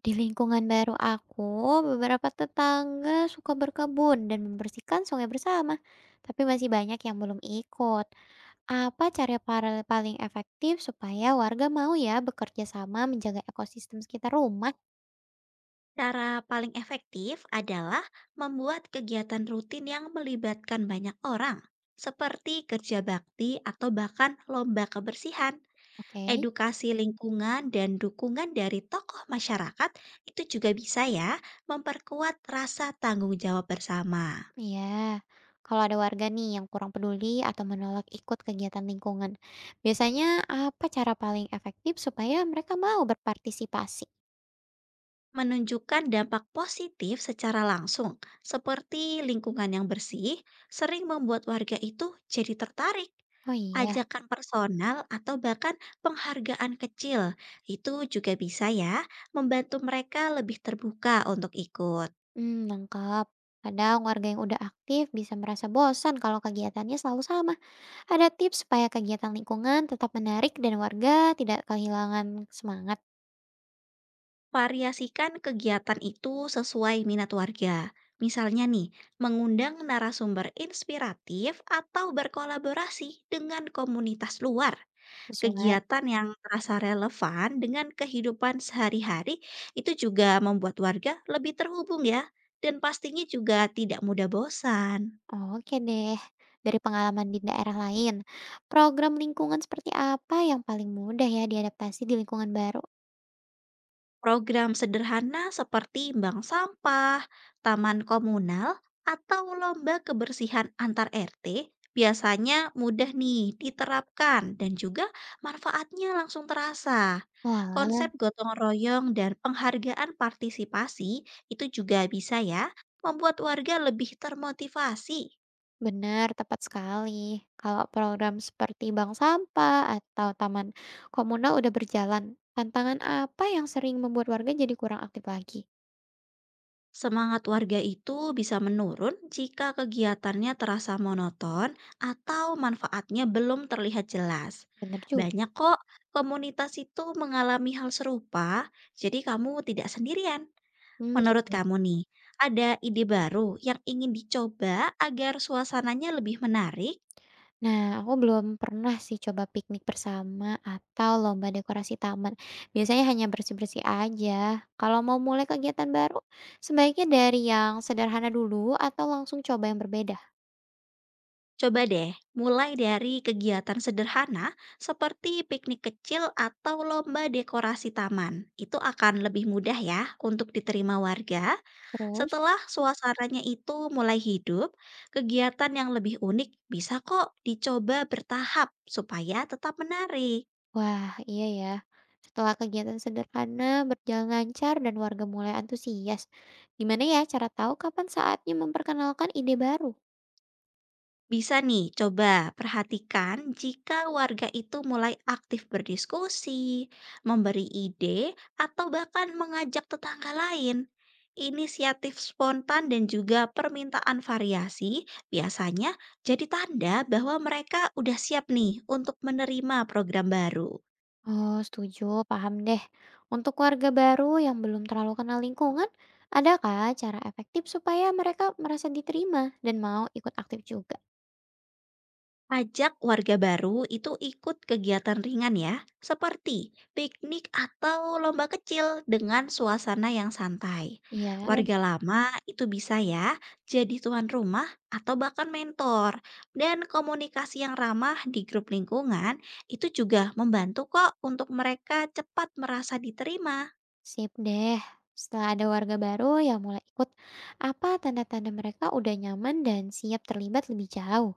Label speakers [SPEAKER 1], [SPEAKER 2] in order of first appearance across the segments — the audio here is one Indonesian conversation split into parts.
[SPEAKER 1] Di lingkungan baru aku, beberapa tetangga suka berkebun dan membersihkan sungai bersama, tapi masih banyak yang belum ikut. Apa cara paling efektif supaya warga mau, ya, bekerja sama menjaga ekosistem sekitar rumah?
[SPEAKER 2] Cara paling efektif adalah membuat kegiatan rutin yang melibatkan banyak orang, seperti kerja bakti atau bahkan lomba kebersihan.
[SPEAKER 1] Oke.
[SPEAKER 2] Edukasi lingkungan dan dukungan dari tokoh masyarakat itu juga bisa ya memperkuat rasa tanggung jawab bersama.
[SPEAKER 1] Iya. Kalau ada warga nih yang kurang peduli atau menolak ikut kegiatan lingkungan, biasanya apa cara paling efektif supaya mereka mau berpartisipasi?
[SPEAKER 2] Menunjukkan dampak positif secara langsung, seperti lingkungan yang bersih, sering membuat warga itu jadi tertarik.
[SPEAKER 1] Oh iya.
[SPEAKER 2] Ajakan personal atau bahkan penghargaan kecil itu juga bisa ya membantu mereka lebih terbuka untuk ikut.
[SPEAKER 1] Hmm, lengkap. Kadang warga yang udah aktif bisa merasa bosan kalau kegiatannya selalu sama. Ada tips supaya kegiatan lingkungan tetap menarik dan warga tidak kehilangan semangat.
[SPEAKER 2] Variasikan kegiatan itu sesuai minat warga. Misalnya nih, mengundang narasumber inspiratif atau berkolaborasi dengan komunitas luar.
[SPEAKER 1] Sesuai.
[SPEAKER 2] Kegiatan yang terasa relevan dengan kehidupan sehari-hari itu juga membuat warga lebih terhubung ya. Dan pastinya juga tidak mudah bosan.
[SPEAKER 1] Oke deh. Dari pengalaman di daerah lain, program lingkungan seperti apa yang paling mudah ya diadaptasi di lingkungan baru?
[SPEAKER 2] Program sederhana seperti bank sampah, taman komunal, atau lomba kebersihan antar RT biasanya mudah nih diterapkan dan juga manfaatnya langsung terasa.
[SPEAKER 1] Walah.
[SPEAKER 2] Konsep gotong royong dan penghargaan partisipasi itu juga bisa ya membuat warga lebih termotivasi.
[SPEAKER 1] Benar, tepat sekali. Kalau program seperti bank sampah atau taman komunal udah berjalan, tantangan apa yang sering membuat warga jadi kurang aktif lagi?
[SPEAKER 2] Semangat warga itu bisa menurun jika kegiatannya terasa monoton atau manfaatnya belum terlihat jelas.
[SPEAKER 1] Benar juga.
[SPEAKER 2] Banyak kok komunitas itu mengalami hal serupa, jadi kamu tidak sendirian.
[SPEAKER 1] Hmm,
[SPEAKER 2] Menurut
[SPEAKER 1] gitu.
[SPEAKER 2] kamu nih, ada ide baru yang ingin dicoba agar suasananya lebih menarik?
[SPEAKER 1] Nah, aku belum pernah sih coba piknik bersama atau lomba dekorasi taman. Biasanya hanya bersih-bersih aja. Kalau mau mulai kegiatan baru, sebaiknya dari yang sederhana dulu atau langsung coba yang berbeda?
[SPEAKER 2] Coba deh, mulai dari kegiatan sederhana seperti piknik kecil atau lomba dekorasi taman. Itu akan lebih mudah ya untuk diterima warga.
[SPEAKER 1] Terus?
[SPEAKER 2] Setelah suasananya itu mulai hidup, kegiatan yang lebih unik bisa kok dicoba bertahap supaya tetap menarik.
[SPEAKER 1] Wah, iya ya. Setelah kegiatan sederhana berjalan lancar dan warga mulai antusias, gimana ya cara tahu kapan saatnya memperkenalkan ide baru?
[SPEAKER 2] Bisa nih, coba perhatikan jika warga itu mulai aktif berdiskusi, memberi ide, atau bahkan mengajak tetangga lain. Inisiatif spontan dan juga permintaan variasi biasanya jadi tanda bahwa mereka udah siap nih untuk menerima program baru.
[SPEAKER 1] Oh, setuju, paham deh. Untuk warga baru yang belum terlalu kenal lingkungan, adakah cara efektif supaya mereka merasa diterima dan mau ikut aktif juga?
[SPEAKER 2] Ajak warga baru itu ikut kegiatan ringan ya, seperti piknik atau lomba kecil dengan suasana yang santai.
[SPEAKER 1] Iya.
[SPEAKER 2] Warga lama itu bisa ya jadi tuan rumah atau bahkan mentor. Dan komunikasi yang ramah di grup lingkungan itu juga membantu kok untuk mereka cepat merasa diterima.
[SPEAKER 1] Sip deh. Setelah ada warga baru yang mulai ikut, apa tanda-tanda mereka udah nyaman dan siap terlibat lebih jauh?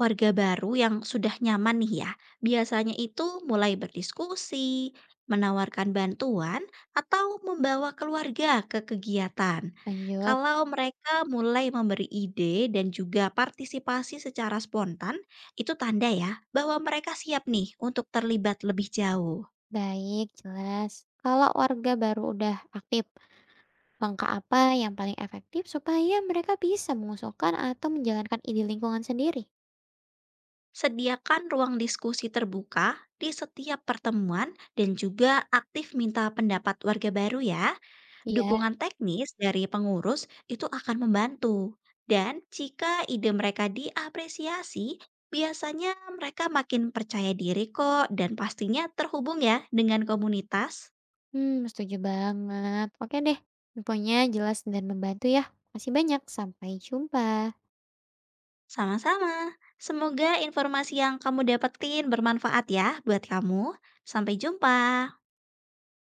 [SPEAKER 2] Warga baru yang sudah nyaman nih ya, biasanya itu mulai berdiskusi, menawarkan bantuan, atau membawa keluarga ke kegiatan.
[SPEAKER 1] Lanjut.
[SPEAKER 2] Kalau mereka mulai memberi ide dan juga partisipasi secara spontan, itu tanda ya bahwa mereka siap nih untuk terlibat lebih jauh.
[SPEAKER 1] Baik, jelas. Kalau warga baru udah aktif, langkah apa yang paling efektif supaya mereka bisa mengusulkan atau menjalankan ide lingkungan sendiri?
[SPEAKER 2] Sediakan ruang diskusi terbuka di setiap pertemuan dan juga aktif minta pendapat warga baru ya.
[SPEAKER 1] Iya.
[SPEAKER 2] Dukungan teknis dari pengurus itu akan membantu, dan jika ide mereka diapresiasi, biasanya mereka makin percaya diri kok dan pastinya terhubung ya dengan komunitas.
[SPEAKER 1] Hmm, setuju banget. Oke deh, infonya jelas dan membantu ya. Masih banyak. Sampai jumpa.
[SPEAKER 2] Sama-sama, semoga informasi yang kamu dapetin bermanfaat ya buat kamu. Sampai jumpa.